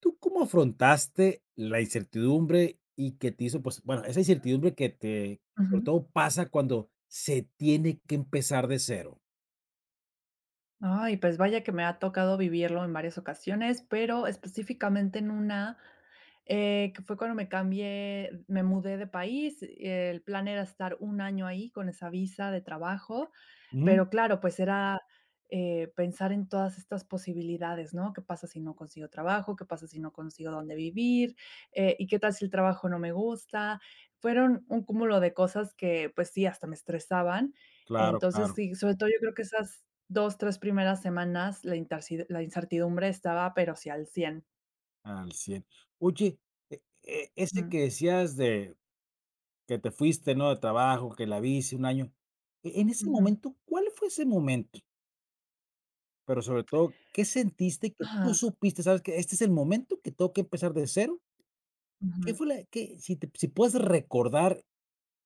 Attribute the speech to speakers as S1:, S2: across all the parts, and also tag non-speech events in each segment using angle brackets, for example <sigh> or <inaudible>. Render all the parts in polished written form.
S1: ¿Tú cómo afrontaste la incertidumbre y que te hizo, pues bueno, esa incertidumbre que sobre
S2: Ujú.
S1: todo pasa cuando se tiene que empezar de cero?
S2: Ay, pues vaya que me ha tocado vivirlo en varias ocasiones, pero específicamente en una, que fue cuando me cambié, me mudé de país. El plan era estar 1 año ahí con esa visa de trabajo,
S1: Ujú.
S2: pero claro, pues era, pensar en todas estas posibilidades, ¿no? ¿Qué pasa si no consigo trabajo? ¿Qué pasa si no consigo dónde vivir? ¿Y qué tal si el trabajo no me gusta? Fueron un cúmulo de cosas que, pues sí, hasta me estresaban.
S1: Claro,
S2: Entonces,
S1: claro,
S2: sí, sobre todo yo creo que esas 2, 3 primeras semanas la incertidumbre estaba, pero sí al 100.
S1: al cien. Oye, ese
S2: Ujú,
S1: que decías de que te fuiste, ¿no? De trabajo, que la viste un año. En ese
S2: ujú.
S1: momento, ¿cuál fue ese momento? Pero sobre todo, ¿qué sentiste que tú
S2: Ajá,
S1: supiste? ¿Sabes que este es el momento que tengo que empezar de cero? ¿Qué
S2: ujú,
S1: fue la que, si, si puedes recordar,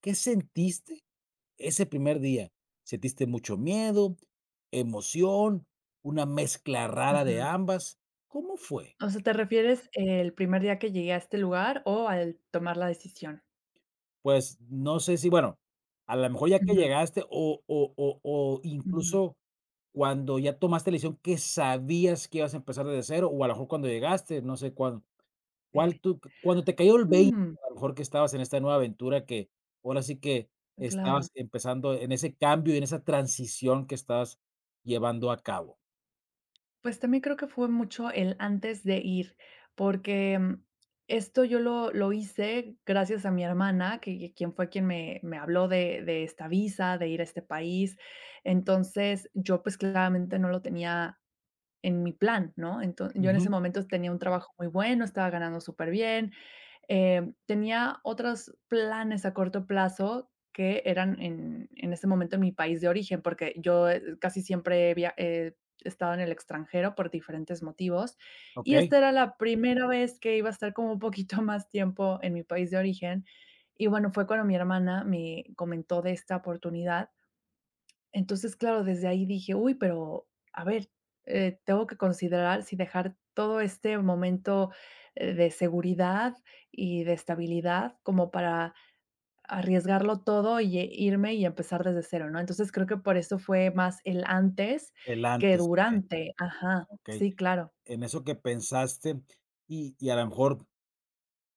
S1: qué sentiste ese primer día? ¿Sentiste mucho miedo, emoción, una mezcla rara de
S2: ajá.
S1: ambas? ¿Cómo fue?
S2: O sea, ¿te refieres el primer día que llegué a este lugar o al tomar la decisión?
S1: Pues no sé si, bueno, a lo mejor ya que
S2: Ujú,
S1: llegaste o
S2: ujú,
S1: incluso cuando ya tomaste la decisión que sabías que ibas a empezar desde cero, o a lo mejor cuando llegaste, no sé cuándo, cuál
S2: sí.
S1: tú cuando te cayó el veinte,
S2: Mm,
S1: a lo mejor que estabas en esta nueva aventura, que ahora sí que
S2: claro.
S1: estabas empezando en ese cambio y en esa transición que estabas llevando a cabo.
S2: Pues, también creo que fue mucho el antes de ir, porque, esto yo lo hice gracias a mi hermana, que quien fue quien me habló de esta visa, de ir a este país. Entonces, yo, pues, claramente no lo tenía en mi plan, ¿no? Entonces, yo en ese
S1: Ujú.
S2: momento tenía un trabajo muy bueno, estaba ganando superbién, tenía otros planes a corto plazo que eran en ese momento en mi país de origen, porque yo, casi siempre he estado en el extranjero por diferentes motivos, y
S1: Okey,
S2: esta era la primera vez que iba a estar como un poquito <laughs> más tiempo en mi país de origen. Y bueno, fue cuando mi hermana me comentó de esta oportunidad entonces, claro, desde ahí dije: "Uy, pero a ver, tengo que considerar si dejar todo este momento, de seguridad y de estabilidad como para arriesgarlo todo y irme y empezar desde cero", ¿no? Entonces, creo que por eso fue más el antes
S1: el
S2: que
S1: antes, okey,
S2: durante. Ajá,
S1: okey.
S2: sí, claro.
S1: En eso que pensaste y a lo mejor,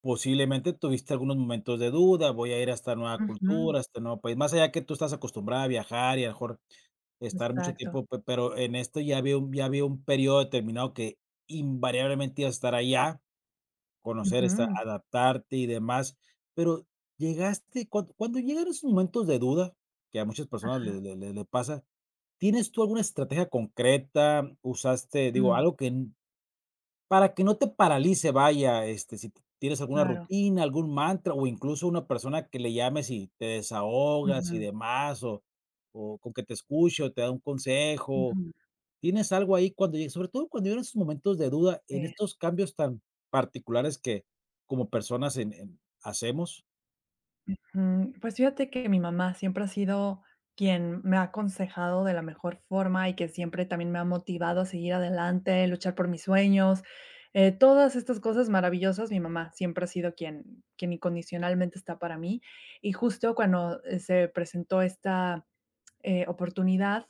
S1: posiblemente tuviste algunos momentos de duda. Voy a ir a esta nueva
S2: Ujú,
S1: cultura, a este nuevo país, más allá que tú estás acostumbrada a viajar y a lo mejor estar mucho
S2: exacto.
S1: tiempo, pe pero en esto ya había un periodo determinado que invariablemente ibas a estar allá, conocer, esta
S2: Ujú,
S1: adaptarte y demás, pero llegaste cuando llegan esos momentos de duda, que a muchas personas le
S2: ajá,
S1: le le le pasa. ¿Tienes tú alguna estrategia concreta? ¿Usaste, digo,
S2: mm,
S1: algo que n para que no te paralice? Vaya, este, si tienes alguna
S2: claro.
S1: rutina, algún mantra, o incluso una persona que le llames y te desahogas y
S2: Ujú,
S1: demás, o con que te escuche o te da un consejo?
S2: ujú,
S1: ¿Tienes algo ahí cuando llegue, sobre todo cuando llegan esos momentos de duda en
S2: sí.
S1: estos cambios tan particulares que como personas en hacemos?
S2: Mm, pues fíjate que mi mamá siempre ha sido quien me ha aconsejado de la mejor forma y que siempre también me ha motivado a seguir adelante, luchar por mis sueños, todas estas cosas maravillosas. Mi mamá siempre ha sido quien, incondicionalmente está para mí. Y justo cuando se presentó esta oportunidad,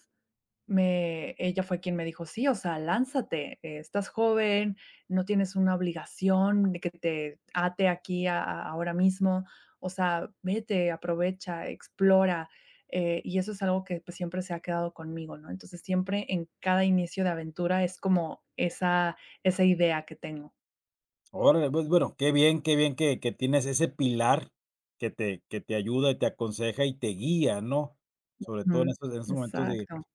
S2: me ella fue quien me dijo: "Sí, o sea, lánzate, estás joven, no tienes una obligación de que te ate aquí a ahora mismo, o sea, vete, aprovecha, explora", y eso es algo que, pues, siempre se ha quedado conmigo, ¿no? Entonces, siempre en cada inicio de aventura es como esa idea que tengo.
S1: Órale, pues bueno, qué bien que tienes ese pilar que te ayuda y te aconseja y te guía, ¿no? Sobre todo en
S2: Ujú.
S1: esos momentos de
S2: Exacto.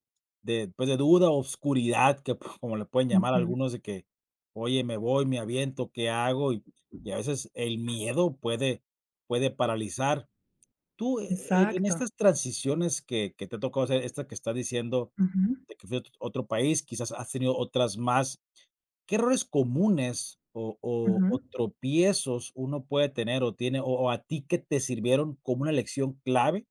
S1: de, pues, de duda, obscuridad, que <laughs> pues, como le pueden llamar a
S2: Ujú.
S1: algunos de que: "Oye, me voy, me aviento, ¿qué hago?". Y a veces el miedo puede paralizar. Tú, en
S2: Exacto.
S1: estas transiciones que te ha tocado hacer, esta que estás diciendo
S2: Ujú,
S1: de que fuiste a otro país, quizás has tenido otras más. ¿Qué errores comunes o o
S2: ujú,
S1: o tropiezos uno puede tener o tiene o a ti que te sirvieron como una lección clave?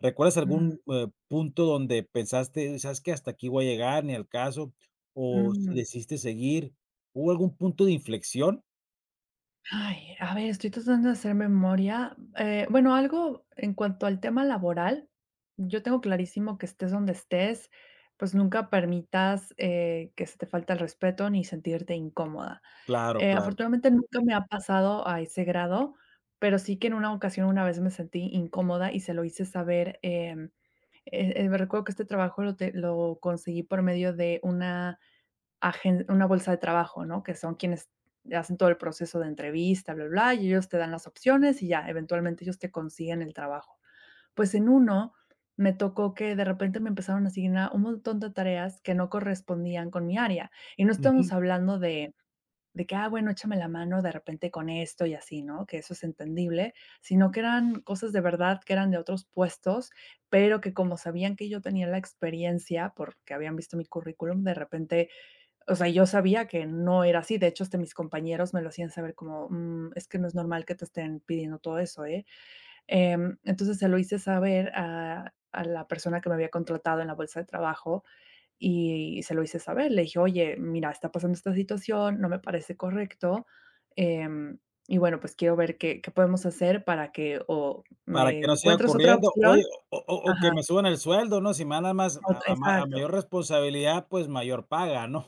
S1: ¿Recuerdas
S2: ujú.
S1: algún, punto donde pensaste: "¿Sabes que hasta aquí voy a llegar, ni al caso", o si
S2: Mm.
S1: decidiste seguir? ¿Hubo algún punto de inflexión?
S2: Ay, a ver, estoy tratando de hacer memoria. Bueno, algo en cuanto al tema laboral, yo tengo clarísimo que estés donde estés, pues nunca permitas que se te falte el respeto ni sentirte incómoda.
S1: Claro,
S2: Eh,
S1: claro.
S2: afortunadamente nunca me ha pasado a ese grado, pero sí que en una ocasión una vez me sentí incómoda y se lo hice saber. Me recuerdo que este trabajo lo conseguí por medio de una agen una bolsa de trabajo, ¿no? Que son quienes hacen todo el proceso de entrevista, bla, bla, y ellos te dan las opciones y ya, eventualmente ellos te consiguen el trabajo. Pues en uno me tocó que de repente me empezaron a asignar un montón de tareas que no correspondían con mi área. Y no
S1: Ujú.
S2: estamos hablando de que, ah, bueno, échame la mano de repente con esto y así, ¿no? Que eso es entendible, sino que eran cosas de verdad que eran de otros puestos, pero que como sabían que yo tenía la experiencia, porque habían visto mi currículum, de repente o sea, yo sabía que no era así. De hecho, hasta mis compañeros me lo hacían saber como, "Mm, es que no es normal que te estén pidiendo todo eso, ¿eh?". Entonces, se lo hice saber a la persona que me había contratado en la bolsa de trabajo y se lo hice saber. Le dije: "Oye, mira, está pasando esta situación, no me parece correcto, em, y bueno, pues quiero ver qué podemos hacer para que o
S1: Para que
S2: me
S1: no siga
S2: encuentres otra
S1: corriendo.
S2: opción"
S1: Oye, o o que
S2: ajá,
S1: me suban el sueldo, ¿no? Si me dan más
S2: ot
S1: a ma a
S2: exacto.
S1: mayor responsabilidad, pues, mayor paga, ¿no?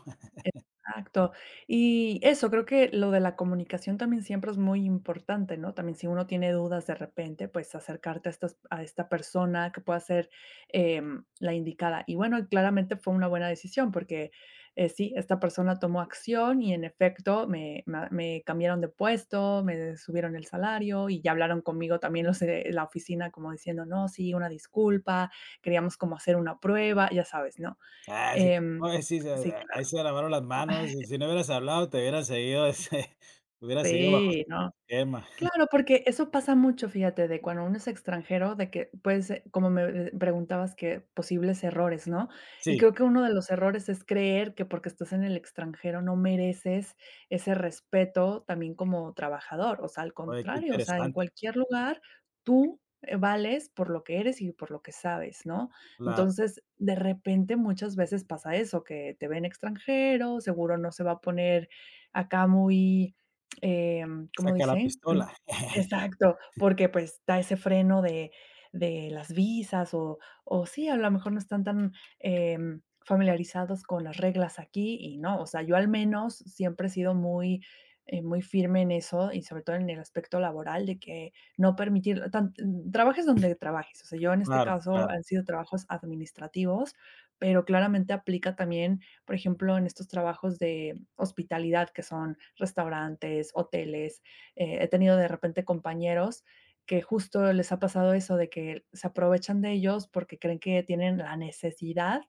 S2: Exacto. Y eso, creo que lo de la comunicación también siempre es muy importante, ¿no? También si uno tiene dudas de repente, pues acercarte a esta persona que pueda ser la indicada. Y bueno, claramente fue una buena decisión porque sí, esta persona tomó acción y en efecto me cambiaron de puesto, me subieron el salario y ya hablaron conmigo también los de la oficina como diciendo, no, sí, una disculpa, queríamos como hacer una prueba, ya sabes, ¿no?
S1: Ah, sí.
S2: Em,
S1: Oye, sí, se
S2: sí,
S1: ahí
S2: claro.
S1: se lavaron las manos. Si si no hubieras hablado, te hubieras seguido ese <laughs> hubieras seguido bajo ese
S2: Sí, no.
S1: esquema.
S2: Claro, porque eso pasa mucho, fíjate, de cuando uno es extranjero, de que puedes, como me preguntabas que posibles errores, ¿no? Y
S1: Sí.
S2: creo que uno de los errores es creer que porque estás en el extranjero no mereces ese respeto también como trabajador, o sea, al
S1: Oye, qué
S2: contrario, o sea, en
S1: interesante.
S2: cualquier lugar tú vales por lo que eres y por lo que sabes, ¿no?
S1: Claro,
S2: Entonces, de repente muchas veces pasa eso, que te ven extranjero, seguro no se va a poner acá muy ¿cómo
S1: saca la
S2: dicen?
S1: pistola. <laughs>
S2: Exacto, porque, pues, da ese freno de las visas o sí, a lo mejor no están tan, familiarizados con las reglas aquí y no, o sea, yo al menos siempre he sido muy, muy firme en eso y sobre todo en el aspecto laboral de que no permitir tan trabajes donde trabajes, o sea, yo en este
S1: Claro,
S2: caso
S1: claro.
S2: han sido trabajos administrativos, pero claramente aplica también, por ejemplo, en estos trabajos de hospitalidad que son restaurantes, hoteles, he tenido de repente compañeros que justo les ha pasado eso de que se aprovechan de ellos porque creen que tienen la necesidad,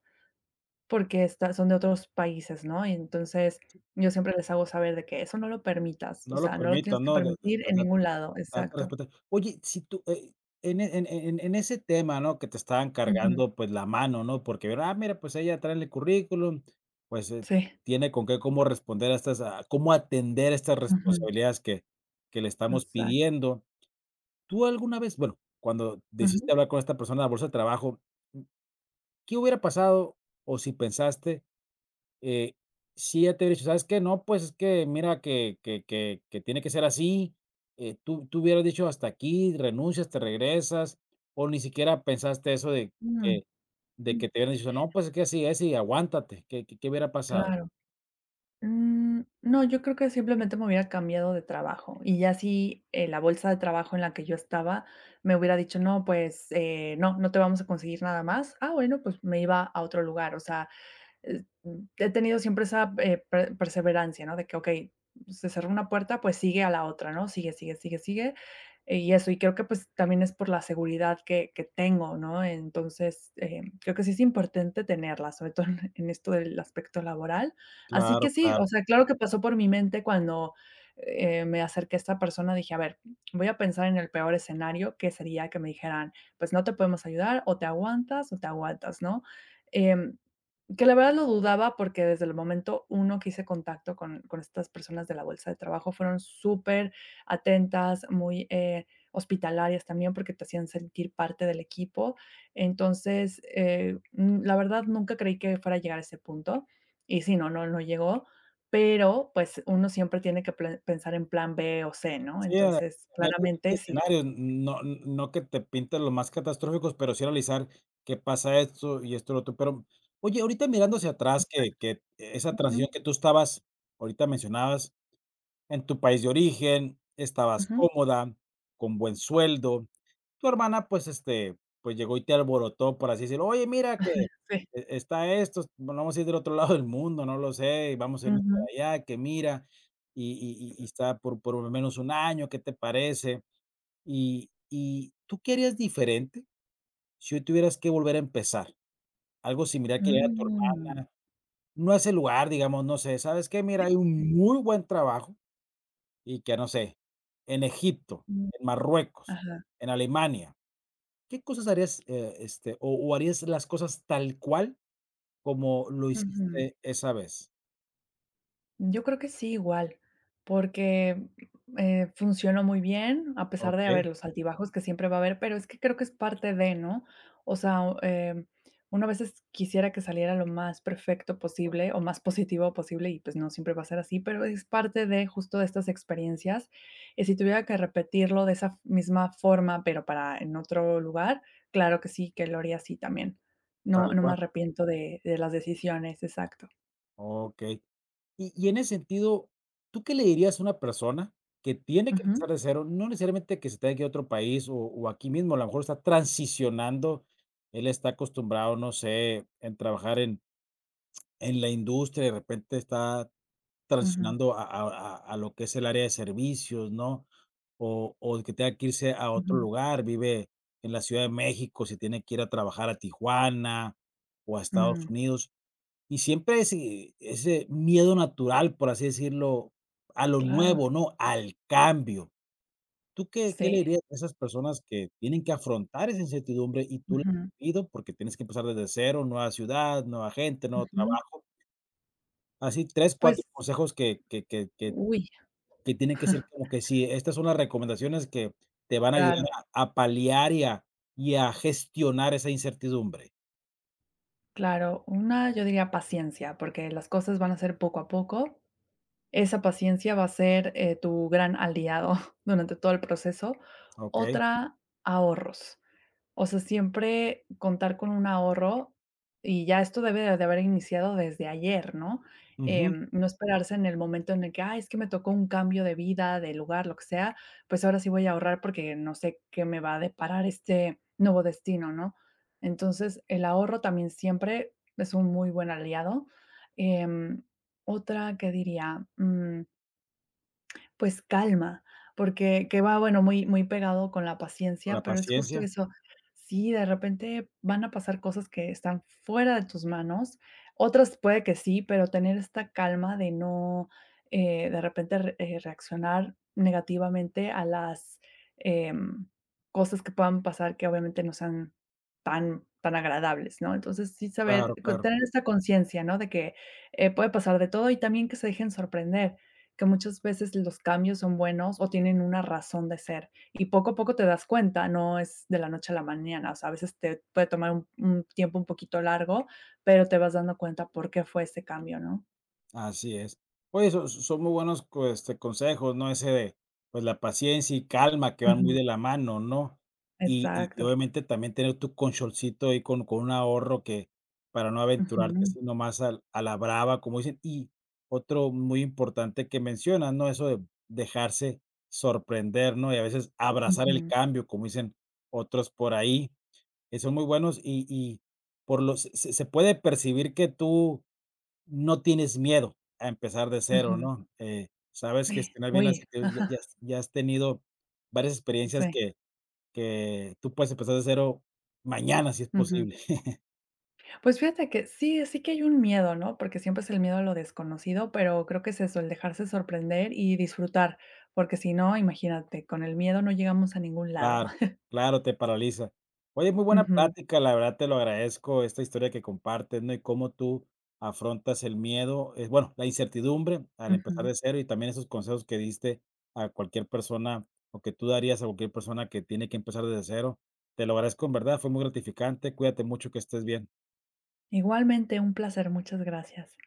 S2: porque son de otros países, ¿no? Y entonces yo siempre les hago saber de que eso no lo permitas, o
S1: No lo
S2: sea, no lo
S1: permito,
S2: tienes que
S1: no, de
S2: permitir en
S1: date
S2: ningún lado,
S1: a
S2: exacto.
S1: respetar. Oye, si tú, en en ese tema, ¿no?, que te estaban
S2: Ujú,
S1: cargando, pues, la mano, ¿no? Porque vieron: "Ah, mira, pues, ella trae el currículum, pues,
S2: sí,
S1: tiene con qué, cómo responder a estas, a cómo atender estas
S2: ujú,
S1: responsabilidades que le estamos
S2: exacto.
S1: pidiendo". ¿Tú alguna vez, bueno, cuando decidiste
S2: Ujú,
S1: hablar con esta persona de la bolsa de trabajo, qué hubiera pasado o si pensaste, eh, si ella te hubiera dicho: "¿Sabes qué? No, pues es que mira que tiene que ser así", ¿tú hubieras dicho: "Hasta aquí, renuncias, te regresas", o ni siquiera pensaste eso
S2: mm,
S1: que de
S2: mm,
S1: que te hubieran dicho: "No, pues, es que así es y aguántate", qué hubiera pasado?
S2: claro. Mm, no, yo creo que simplemente me hubiera cambiado de trabajo y ya si, la bolsa de trabajo en la que yo estaba me hubiera dicho: "No, pues, no, no te vamos a conseguir nada más". Ah, bueno, pues me iba a otro lugar, o sea, eh, he tenido siempre esa perseverancia, ¿no? De que, ok, se cerró una puerta, pues sigue a la otra, ¿no? Sigue, sigue, sigue, sigue. Y eso, y creo que pues también es por la seguridad que tengo, ¿no? Entonces, creo que sí es importante tenerla, sobre todo en esto del aspecto laboral. Así
S1: Claro,
S2: que sí,
S1: claro.
S2: o sea, claro que pasó por mi mente cuando me acerqué a esta persona, dije, a ver, voy a pensar en el peor escenario, que sería que me dijeran, pues no te podemos ayudar, o te aguantas, ¿no? Em, que la verdad lo dudaba porque desde el momento uno que hice contacto con estas personas de la bolsa de trabajo fueron súper atentas muy, hospitalarias también, porque te hacían sentir parte del equipo. Entonces, la verdad nunca creí que fuera a llegar a ese punto. Y sí, no, no, no llegó, pero, pues, uno siempre tiene que pla pensar en plan B o C, ¿no?
S1: Sí,
S2: Entonces,
S1: ver diferentes
S2: claramente sí.
S1: escenarios, no que te pinten los más catastróficos, pero sí analizar qué pasa, esto y esto y lo otro. Pero, oye, ahorita mirando hacia atrás, que esa
S2: Ujú,
S1: transición que tú estabas, ahorita mencionabas, en tu país de origen, estabas
S2: ujú,
S1: cómoda, con buen sueldo, tu hermana, pues, este, pues, llegó y te alborotó, por así decirlo: "Oye, mira que
S2: sí.
S1: está esto, nos vamos a ir del otro <laughs> lado del mundo, no lo sé, y vamos a irnos para
S2: Ujú.
S1: allá, que mira, y y está por lo menos un año, ¿qué te parece?". Y, ¿tú qué harías diferente si hoy tuvieras que volver a empezar? Algo similar, que llegara tu
S2: Mm.
S1: hermana, no a ese lugar, digamos, no sé, ¿sabes qué? Mira, hay un muy buen trabajo y que, no sé, en Egipto,
S2: Ujú.
S1: en Marruecos,
S2: Ajá.
S1: en Alemania. ¿Qué cosas harías, este, o harías las cosas tal cual como lo hiciste esa vez?
S2: Yo creo que sí, igual, porque, funcionó muy bien, a pesar de, haber
S1: Okey,
S2: los altibajos que siempre va a haber, pero es que creo que es parte de, ¿no? O sea, uno a veces quisiera que saliera lo más perfecto posible o más positivo posible y, pues, no siempre va a ser así, pero es parte de, justo, de estas experiencias. Y si tuviera que repetirlo de esa misma forma, pero para en otro lugar, claro que sí, que lo haría así también. No
S1: tal
S2: no me
S1: cual,
S2: arrepiento de las decisiones, exacto.
S1: okey. Y en ese sentido, ¿tú qué le dirías a una persona que tiene que
S2: Ujú,
S1: empezar de cero? No necesariamente que se tenga que ir a otro país o aquí mismo, a lo mejor está transicionando. Él está acostumbrado, no sé, en trabajar en la industria, de repente está
S2: ujú,
S1: transicionando a lo que es el área de servicios, ¿no? O que tenga que irse a otro
S2: ujú.
S1: lugar, vive en la Ciudad de México, se tiene que ir a trabajar a Tijuana o a Estados
S2: Mm,
S1: Unidos, y siempre ese miedo natural, por así decirlo, a lo
S2: claro,
S1: nuevo, ¿no? Al cambio. ¿Tú qué le
S2: sí.
S1: dirías a esas personas que tienen que afrontar esa incertidumbre y tú la
S2: Ujú,
S1: has vivido? Porque tienes que empezar desde cero, nueva ciudad, nueva gente, nuevo
S2: ujú.
S1: trabajo. Así tres, 4
S2: Pues,
S1: consejos, que
S2: uy,
S1: que tiene que ser como que sí, estas son las recomendaciones que te van a ayudar
S2: claro,
S1: a paliar y a gestionar esa incertidumbre,
S2: claro. Una, yo diría paciencia, porque las cosas van a ser poco a poco. Esa paciencia va a ser, tu gran aliado <laughs> durante todo el proceso.
S1: ¿okey?
S2: Otra, ahorros. O sea, siempre contar con un ahorro, y ya esto debe de haber iniciado desde ayer, ¿no?
S1: Ujú,
S2: No esperarse en el momento en el que, ah, es que me tocó un cambio de vida, de lugar, lo que sea, pues ahora sí voy a ahorrar porque no sé qué me va a deparar este nuevo destino, ¿no? Entonces, el ahorro también siempre es un muy buen aliado. Em, otra, que diría? Pues calma, porque que va, bueno, muy muy pegado con la
S1: con la
S2: paciencia, pero es justo
S1: paciencia,
S2: eso. Sí, de repente van a pasar cosas que están fuera de tus manos, otras puede que sí, pero tener esta calma de no, de repente re reaccionar negativamente a las, em, cosas que puedan pasar que obviamente no sean tan tan agradables, ¿no? Entonces, sí
S1: claro,
S2: saber, con
S1: claro.
S2: tener esta conciencia, ¿no? De que, puede pasar de todo y también que se dejen sorprender que muchas veces los cambios son buenos o tienen una razón de ser, y poco a poco te das cuenta, no es de la noche a la mañana, o sea, a veces te puede tomar un tiempo un poquito largo, pero te vas dando cuenta por qué fue ese cambio, ¿no?
S1: Así es. Oye, son muy buenos, co, este, consejos, ¿no? Ese de, pues, la paciencia y calma, que van muy
S2: Ujú,
S1: de la mano, ¿no? Y
S2: exacto.
S1: obviamente también tener tu colchoncito ahí con un ahorro, que para no aventurarte
S2: Ujú,
S1: así nomás al a la brava, como dicen. Y otro muy importante que mencionas, ¿no? Eso de dejarse sorprender, ¿no? Y a veces abrazar el
S2: ujú,
S1: cambio, como dicen otros por ahí, que son muy buenos, y por los se puede percibir que tú no tienes miedo a empezar de cero,
S2: ujú.
S1: ¿no? Sabes gestionar bien las
S2: Uy,
S1: situa ya has tenido varias experiencias,
S2: sí,
S1: que tú puedes empezar de cero mañana, si es
S2: ujú.
S1: posible.
S2: Pues fíjate que sí, sí que hay un miedo, ¿no? Porque siempre es el miedo a lo desconocido, pero creo que es eso, el dejarse sorprender y disfrutar, porque si no, imagínate, con el miedo no llegamos a ningún lado.
S1: Claro, claro, te paraliza. Oye, muy buena
S2: <laughs>
S1: plática, la verdad te lo agradezco, esta historia que compartes, ¿no? Y cómo tú afrontas el miedo, bueno, la incertidumbre al empezar
S2: Ujú.
S1: de cero, y también esos consejos que diste a cualquier persona, o que tú darías a cualquier persona que tiene que empezar desde cero. Te lo agradezco en verdad, fue muy gratificante. Cuídate mucho, que estés bien.
S2: Igualmente, un placer, muchas gracias.